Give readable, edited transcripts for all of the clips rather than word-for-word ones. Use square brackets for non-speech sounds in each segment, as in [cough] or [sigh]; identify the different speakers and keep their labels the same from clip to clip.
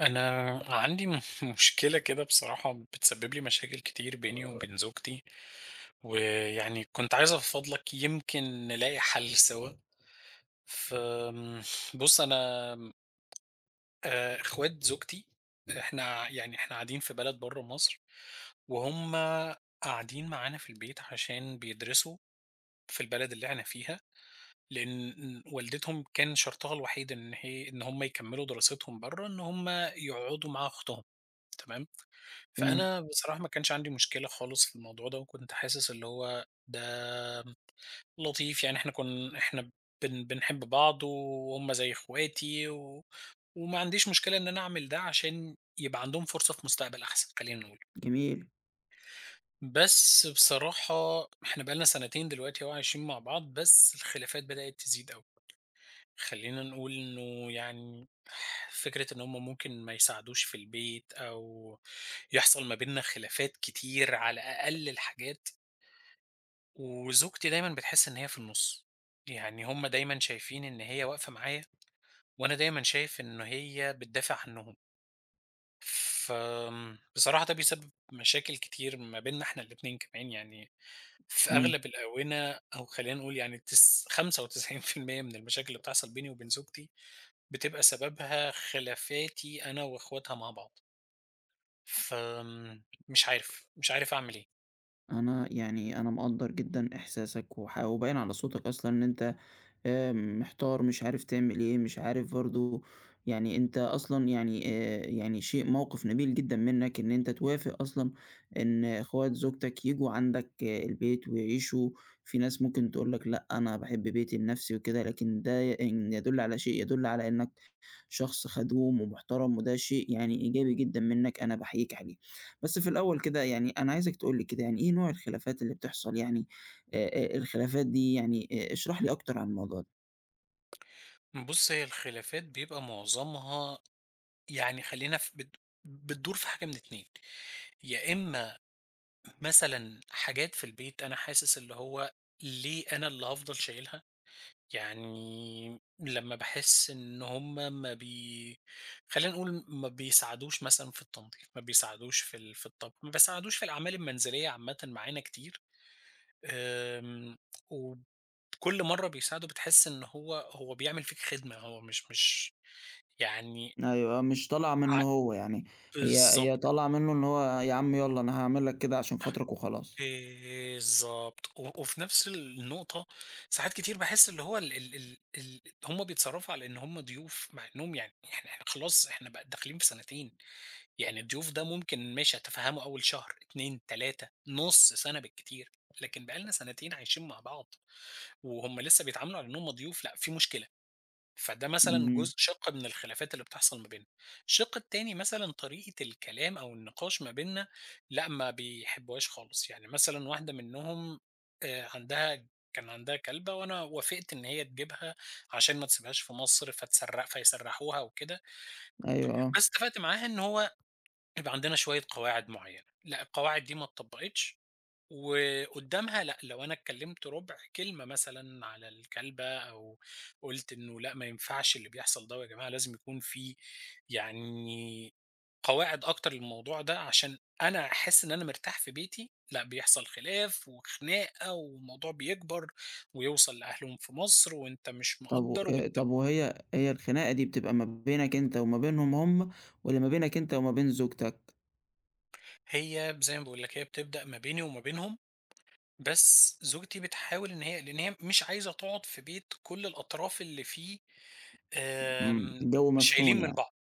Speaker 1: أنا عندي [laughs] مشكلة كده بصراحة بتسبب لي مشاكل كتير بيني وبين زوجتي، ويعني كنت عايز أفضفض لك يمكن نلاقي حل سوا. فبص أنا، آه، إخوات زوجتي إحنا قاعدين في بلد بره مصر، وهم قاعدين معانا في البيت عشان بيدرسوا في البلد اللي إحنا فيها، لأن والدتهم كان شرطها الوحيد إن هم يكملوا دراستهم بره، إن هم يقعدوا مع أختهم. تمام.
Speaker 2: تمام.
Speaker 1: فأنا بصراحة ما كانش عندي مشكلة خالص في الموضوع ده، وكنت حاسس اللي هو ده لطيف، يعني إحنا كن إحنا بن بنحب بعض وهُم زي إخواتي، وما عنديش مشكلة إن أنا أعمل ده عشان يبقى عندهم فرصة في مستقبل أحسن، خلّينا نقول.
Speaker 2: جميل.
Speaker 1: بس بصراحة إحنا بقى لنا سنتين دلوقتي أهو عايشين مع بعض، بس الخلافات بدأت تزيد أوي. خلّينا نقول إنه يعني فكرة إن هم ممكن ما يساعدوش في البيت، أو يحصل ما بيننا خلافات كتير على أقل الحاجات. وزوجتي دايمًا بتحس إن هي في النُص، يعني هم دايمًا شايفين إن هي واقفة معايا، وأنا دايمًا شايف إن هي بتدافع عنّهم. بصراحة ده بيسبب مشاكل كتير ما بيننا إحنا الاتنين كمان. يعني في
Speaker 2: إمم.
Speaker 1: أغلب الآونة، أو خلّينا نقول يعني 95% من المشاكل اللي بتحصل بيني وبين زوجتي بتبقى سببها خلافاتي أنا وأخواتها مع بعض. فمش عارف، مش عارف أعمل إيه.
Speaker 2: أنا يعني أنا مقدّر جدًا إحساسك وح وباين على صوتك أصلًا إن أنت محتار مش عارف تعمل إيه، مش عارف برضه يعني أنت أصلًا يعني يعني موقِف نبيل جدًا منّك إن أنت توافق أصلًا إن إخوات زوجتك ييجوا عندك آه، البيت ويعيشوا. في ناس ممكن تقول لك لأ، أنا باحب بيتي لنَفْسي وكده، لكن ده ي إن يدُل على يدُل على إنّك شخص خدوم ومحترم، وده شيء يعني إيجابي جدًا منّك، أنا باحييك عليه. بس في الأول كده يعني أنا عايزك تقول لي كده يعني إيه نوع الخلافات اللي بتحصل يعني، آآ الخلافات دي يعني، اشرح لي أكتر عن الموضوع ده.
Speaker 1: بُص، هي الخلافات بيبقى معظمها، يعني خلّينا في بت بتدور في حاجة من 2، يا إما مثلًا حاجات في البيت أنا حاسس اللي هو ليه أنا اللي هافضل شايلها، يعني لمّا باحس إن هُم ما بي خلّينا نقول ما بيساعدوش مثلًا في التنضيف، ما بيساعدوش في ال في الطبخ، ما بيساعدوش في الأعمال المنزلية عامةً معانا كتير. آمم، وكل مرّة بيساعده بتحس إن هو بيعمل فيك خدمة، هو مش يعني.
Speaker 2: أيوه، مش طالعة
Speaker 1: ع
Speaker 2: منّه هو يعني، هي
Speaker 1: بالضبط،
Speaker 2: طالعة منّه، إن هو يا عم يالّا أنا هاعمل لك كده عشان خاطرك وخلاص.
Speaker 1: بالضبط. وفي نفس النقطة ساعات كتير باحس اللي هو ال ال ال ال هُم بيتصرّفوا على إن هُم ضيوف، مع إنهم يعني إحنا خلاص إحنا بقى داخلين في سنتين. يعني الضيوف ده ممكن ماشي أتفهّمه أول شهر، 2، 3، نُص سنة بالكتير، لكن بقى لنا سنتين عايشين مع بعض وهُم لسه بيتعاملوا على إن هُم ضيوف، لأ في مشكلة. فده مثلًا
Speaker 2: إمم.
Speaker 1: جزء شِق من الخلافات اللي بتحصل ما بيننا. الشِق التاني مثلًا طريقة الكلام أو النقاش ما بيننا، لأ، ما بيحبوهاش خالص. يعني مثلًا واحدة منّهم عندها، كان عندها كلبة وأنا وافقت إن هي تجيبها عشان ما تسيبهاش في مصر فتسرّق فيسرّحوها وكده.
Speaker 2: أيوه آه.
Speaker 1: بس اتفقت معاها إن هو يبقى عندنا شوية قواعد معيّنة. لأ، القواعد دي ما اتطبّقتش، وقدّامها لأ، لو أنا اتكلّمت رُبع كلمة مثلًا على الكلبة، أو قُلت إنه لأ، ما ينفعش اللي بيحصل ده، ويا جماعة لازم يكون في يعني قواعد أكتر للموضوع ده عشان أنا أحس إن أنا مرتاح في بيتي، لأ، بيحصل خلاف وخناقة والموضوع بيكبر ويوصل لأهلهم في مصر وأنت مش
Speaker 2: طب و
Speaker 1: مقدّر وأنت
Speaker 2: طب وهي الخناقة دي بتبقى ما بينك أنت وما بينهم هم، والّا ما بينك أنت وما بين زوجتك؟
Speaker 1: هي زي ما باقول لك، هي بتبدأ ما بيني وما بينهم، بس زوجتي بتحاول إن هي لإن هي مش عايزة تقعد في بيت كل الأطراف اللي فيه
Speaker 2: إمم،
Speaker 1: آمم،
Speaker 2: الجو مشحون
Speaker 1: شايلين من
Speaker 2: يعني.
Speaker 1: بعض.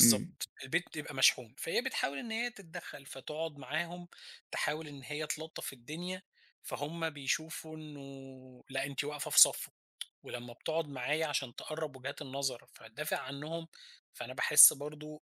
Speaker 2: إمم.
Speaker 1: البيت بيبقى مشحون، فهي بتحاول إن هي تتدخّل، فتقعد معاهم تحاول إن هي تلطّف الدنيا، فهُم بيشوفوا إنه لأ، أنتِ واقفة في صفّه، ولمّا بتقعد معايا عشان تقرّب وجهات النظر فتدافع عنّهم، فأنا باحس برضه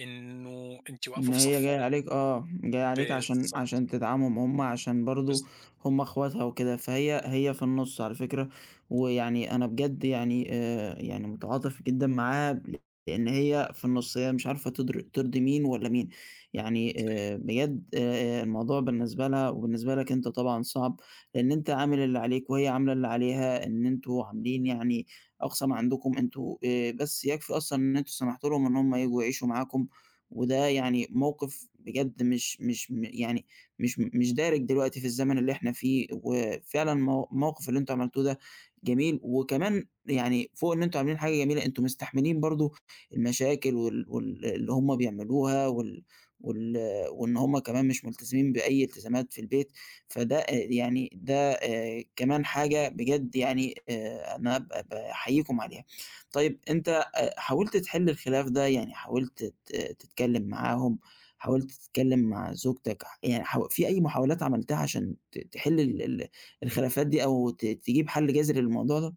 Speaker 1: إنه أنتِ واقفة
Speaker 2: إن
Speaker 1: في
Speaker 2: هي جاية
Speaker 1: صفّهم.
Speaker 2: عليك آه، جاية عليك عشان
Speaker 1: بالضبط،
Speaker 2: عشان تدعمهم هم، عشان برضه
Speaker 1: بالضبط.
Speaker 2: هم أخواتها وكده، فهي في النُص على فكرة. ويعني أنا بجد يعني يعني متعاطف جدًا معاها، لإن هي في النُص، هي مش عارفة ترضي مين والّا مين. يعني
Speaker 1: صحيح.
Speaker 2: بجد الموضوع بالنسبة لها وبالنسبة لك أنت طبعًا صعب، لإن أنت عامل اللي عليك وهي عاملة اللي عليها، إن أنتم عاملين يعني أقصى ما عندكم. أنتم بس يكفي أصلًا إن أنتم سمحتوا لهم إن هم ييجوا يعيشوا معاكم. وده يعني موقف بجد مش مش م يعني مش دارج دلوقتي في الزمن اللي إحنا فيه، وفعلًا الموقف اللي أنتم عملتوه ده جميل. وكمان يعني فوق إن أنتم عاملين حاجة جميلة، أنتم مستحملين برضه المشاكل وال اللي هم بيعملوها وال وال وإن هم كمان مش ملتزمين بأي التزامات في البيت. فده يعني ده كمان حاجة بجد يعني أنا باحييكم عليها. طيب أنت حاولت تحل الخلاف ده، يعني حاولت تتكلم معاهم، حاولت تتكلم مع زوجتك، يعني في أي محاولات عملتها عشان تحل ال ال الخلافات دي، أو تجيب حل جذري للموضوع ده؟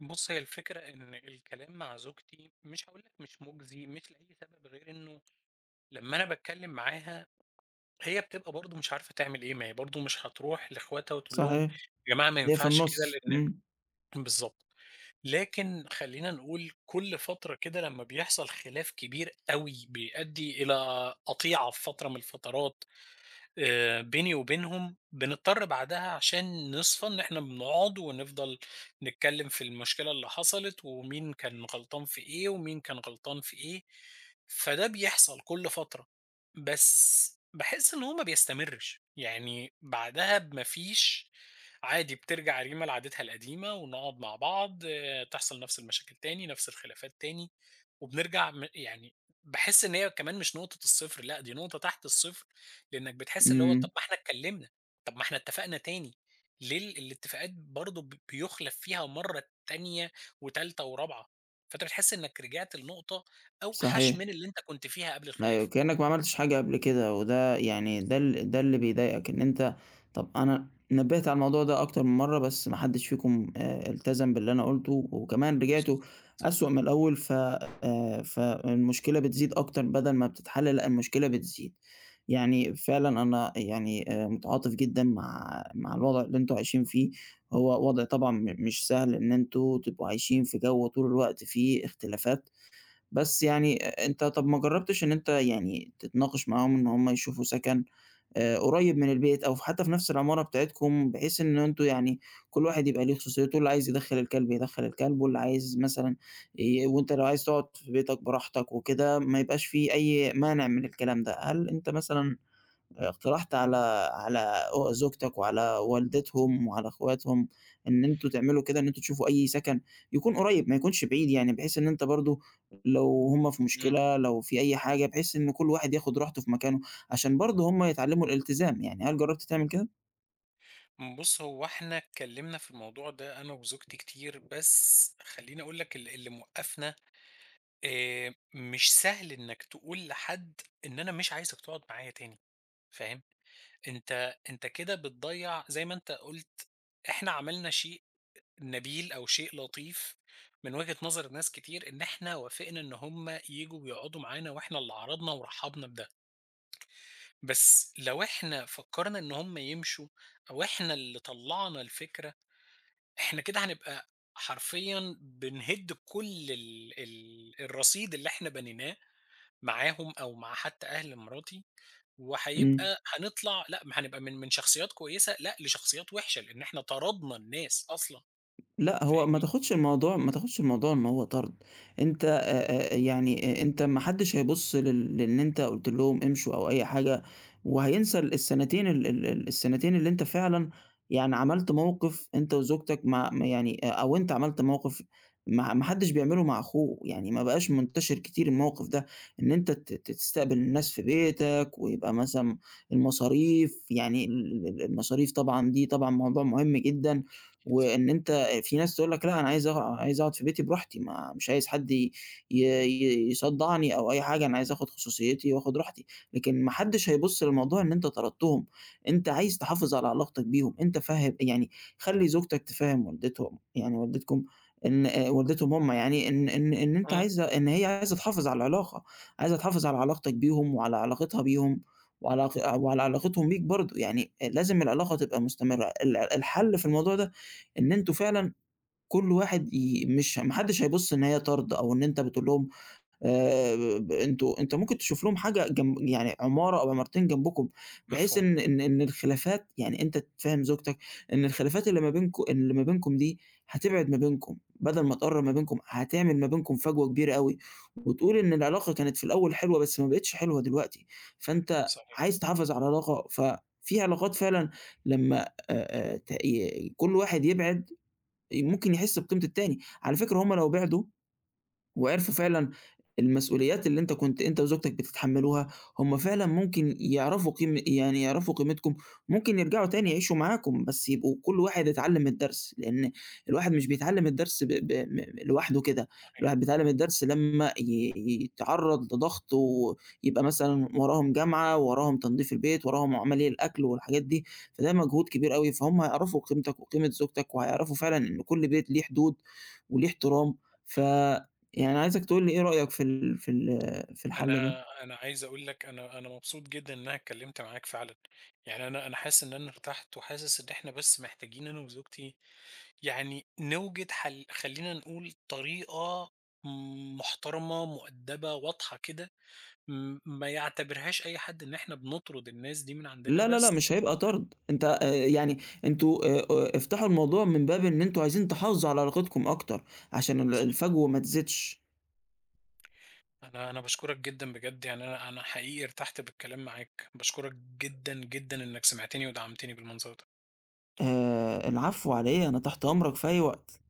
Speaker 1: بُص، هي الفكرة إن الكلام مع زوجتي مش هاقول لك مش مُجزي، مش لأي سبب غير إنه لمّا أنا باتكلّم معاها هي بتبقى برضه مش عارفة تعمل إيه. ما هي برضه مش هتروح لاخواتها وتقول لهم
Speaker 2: صحيح.
Speaker 1: يا جماعة ما
Speaker 2: هي في
Speaker 1: ينفعش كده
Speaker 2: النُص.
Speaker 1: لإن
Speaker 2: إمم.
Speaker 1: [clears throat] بالضبط. لكن خلّينا نقول كل فترة كده لمّا بيحصل خلاف كبير أوي بيؤدّي إلى قطيعة في فترة من الفترات بيني وبينهم، بنضطر بعدها عشان نصفى إن إحنا بنقعد ونفضل نتكلم في المشكلة اللي حصلت، ومين كان غلطان في إيه، ومين كان غلطان في إيه. فده بيحصل كل فترة، بس باحس إن هو ما بيستمرش. يعني بعدها ما فيش، عادي بترجع ريما لعادتها القديمة ونقعد مع بعض، آه، تحصل نفس المشاكل تاني، نفس الخلافات تاني. وبنرجع يعني باحس إن هي كمان مش نقطة الصفر، لأ، دي نقطة تحت الصفر. لإنك بتحس اللي هو طب
Speaker 2: إمم.
Speaker 1: ما إحنا اتكلمنا، طب ما إحنا اتفقنا تاني، ليه الاتفاقات برضه بيُخلف فيها مرّة تانية وتالتة ورابعة. فأنت بتحس إنك رجعت لنقطة أوحش
Speaker 2: صحيح.
Speaker 1: من اللي أنت كنت فيها قبل
Speaker 2: أيوه،
Speaker 1: الخلاف.
Speaker 2: كأنك ما عملتش حاجة قبل كده، وده يعني
Speaker 1: بالضبط.
Speaker 2: ده اللي بيضايقك، إن أنت طب أنا نبّهت على الموضوع ده أكتر من مرّة، بس ما حدش فيكم التزم باللي أنا قُلته، وكمان
Speaker 1: بالض
Speaker 2: رجعتوا أسوأ من الأول. ف فالمشكلة بتزيد أكتر بدل ما بتتحل، لأ المشكلة بتزيد. يعني فعلًا أنا يعني متعاطف جدًا مع الوضع اللي أنتم عايشين فيه، هو وضع طبعًا مش سهل إن أنتم تبقوا عايشين في جو طول الوقت فيه اختلافات. بس يعني أنت طَب ما جرّبتش إن أنت يعني تتناقش معاهم إن هم يشوفوا سَكَن قريّب من البيت، أو حتّى في نَفْس العمارة بتاعتكم، بحيث إن أنتم يعني كل واحد يبقى ليه خصوصيته، اللي عايز يدخّل الكلب يدخّل الكلب، واللي عايز مثلًا وأنت لو عايز تقعد في بيتك براحتك وكده، ما يبقاش في أي مانع من الكلام ده. هل أنت مثلًا اقترحت على زوجتك وعلى والدتهم وعلى اخواتهم إن أنتم تعملوا كده، إن أنتم تشوفوا أي سكن يكون قريب ما يكونش بعيد يعني، بحيث إن أنت برضه لو هُم في
Speaker 1: إمم.
Speaker 2: مشكلة، لو في أي حاجة، بحيث إن كل واحد ياخد راحته في مكانه، عشان برضه هُم يتعلموا الالتزام يعني. هل جرّبت تعمل كده؟
Speaker 1: بُص، هو إحنا اتكلمنا في الموضوع ده أنا وزوجتي كتير، بس خلّيني أقول لك اللي موقّفنا مش سهل إنك تقول لحد إن أنا مش عايزك تقعد معايا تاني، فاهم؟ أنت كده بتضيّع زي ما أنت قُلت إحنا عملنا شيء نبيل، أو شيء لطيف من وجهة نظر ناس كتير، إن إحنا وافقنا إن هم ييجوا ويقعدوا معانا وإحنا اللي عرضنا ورحّبنا بده. بس لو إحنا فكّرنا إن هم يمشوا، أو إحنا اللي طلّعنا الفكرة، إحنا كده هنبقى حرفيًا بنهِد كل ال ال الرصيد اللي إحنا بنيناه معاهم، أو مع حتى أهل مراتي،
Speaker 2: إمم.
Speaker 1: وهيبقى هنطلع لأ، ما هنبقى من شخصيات كويسة لأ، لشخصيات وِحشة، لإن إحنا طردنا الناس أصلًا،
Speaker 2: لأ، هو
Speaker 1: فاهمني؟
Speaker 2: ما تاخدش الموضوع إن هو طرد. أنت يعني أنت ما حدش هيبُص لإن أنت قُلت لهم امشوا أو أي حاجة، وهينسى ال السنتين ال ال ال السنتين اللي أنت فعلًا يعني عملت موقف أنت وزوجتك مع ما يعني أ أو أنت عملت موقف ما حدش بيعمله مع أخوه، يعني ما بقاش منتشر كتير الموقف ده، إن أنت ت ت تستقبل الناس في بيتك، ويبقى مثلًا المصاريف يعني ال ال المصاريف طبعًا دي طبعًا موضوع مهم جدًا. وإن أنت في ناس تقول لك لأ أنا عايز أقعد في بيتي براحتي، ما مش عايز حد ي ي ي يصدّعني أو أي حاجة، أنا عايز آخُد خصوصيتي وآخُد راحتي، لكن ما حدّش هيبُص للموضوع إن أنت طردتهم. أنت عايز تحافظ على علاقتك بيهم. أنت فهِّم يعني خلّي زوجتك تفهِّم والدتهم يعني والدتكم إن والدتهم هم يعني إن إن إن أنت
Speaker 1: إمم،
Speaker 2: عايزة إن هي عايزة تحافظ على العلاقة، عايزة تحافظ على علاقتك بيهم وعلى علاقتها بيهم وعلى علاقتهم بيك برضه. يعني لازم العلاقة تبقى مستمرة. الحَل في الموضوع ده إن أنتم فعلًا كل واحد ي مش ما حدش هيبُص إن هي طرد، أو إن أنت بتقول لهم ب أنتم أنت ممكن تشوف لهم حاجة جنب يعني عمارة أو عمارتين جنبكم، بحيث
Speaker 1: مفهوم،
Speaker 2: إن إن إن الخلافات يعني أنت تفهم زوجتك إن الخلافات اللي ما بينكم دي هتبعد ما بينكم، بدل ما تقرّب ما بينكم هتعمل ما بينكم فجوة كبيرة أوي، وتقول إن العلاقة كانت في الأول حلوة بس ما بقتش حلوة دلوقتي، فأنت
Speaker 1: صحيح،
Speaker 2: عايز تحافظ على العلاقة. ففي علاقات فعلًا لمّا ت ي كل واحد يبعد ممكن يحس بقيمة التاني. على فكرة هُم لو بعدوا وعرفوا فعلًا المسؤوليات اللي أنت كنت أنت وزوجتك بتتحمّلوها، هم فعلًا ممكن يعرفوا قيم يعني يعرفوا قيمتكم، ممكن يرجعوا تاني يعيشوا معاكم، بس يبقوا كل واحد اتعلّم الدرس، لإن الواحد مش بيتعلّم الدرس ب ب م لوحده كده.
Speaker 1: صحيح.
Speaker 2: الواحد بيتعلّم الدرس لمّا يتعرّض لضغط، ويبقى مثلًا وراهم جامعة، وراهم تنضيف البيت، وراهم عملية الأكل والحاجات دي. فده مجهود كبير أوي، فهم هيعرفوا قيمتك وقيمة زوجتك، وهيعرفوا فعلًا إن كل بيت ليه حدود وليه احترام. ف يعني عايزك تقول لي إيه رأيك في ال في ال في الحل ده؟
Speaker 1: أنا عايز أقول لك أنا مبسوط جدًا إن أنا اتكلمت معاك فعلًا. يعني أنا حاسس إن أنا ارتحت، وحاسس إن إحنا بس محتاجين أنا وزوجتي يعني نوجد حل، خلّينا نقول طريقة محترمة، مؤدبة، واضحة كده، ما يعتبرهاش أي حد إن إحنا بنطرد الناس دي من عندنا
Speaker 2: لا، لا، لأ،
Speaker 1: بس.
Speaker 2: مش هيبقى طرد. أنت يعني أنتم افتحوا الموضوع من باب إن أنتم عايزين تحافظوا على علاقتكم أكتر، عشان الفجوة ما تزيدش.
Speaker 1: أنا باشكرك جدًا بجد، يعني أنا حقيقي ارتحت بالكلام معاك، باشكرك جدًا، جدًا إنك سمعتني ودعمتني بالمنظر ده.
Speaker 2: العفو على إيه، أنا تحت أمرك في أي وقت.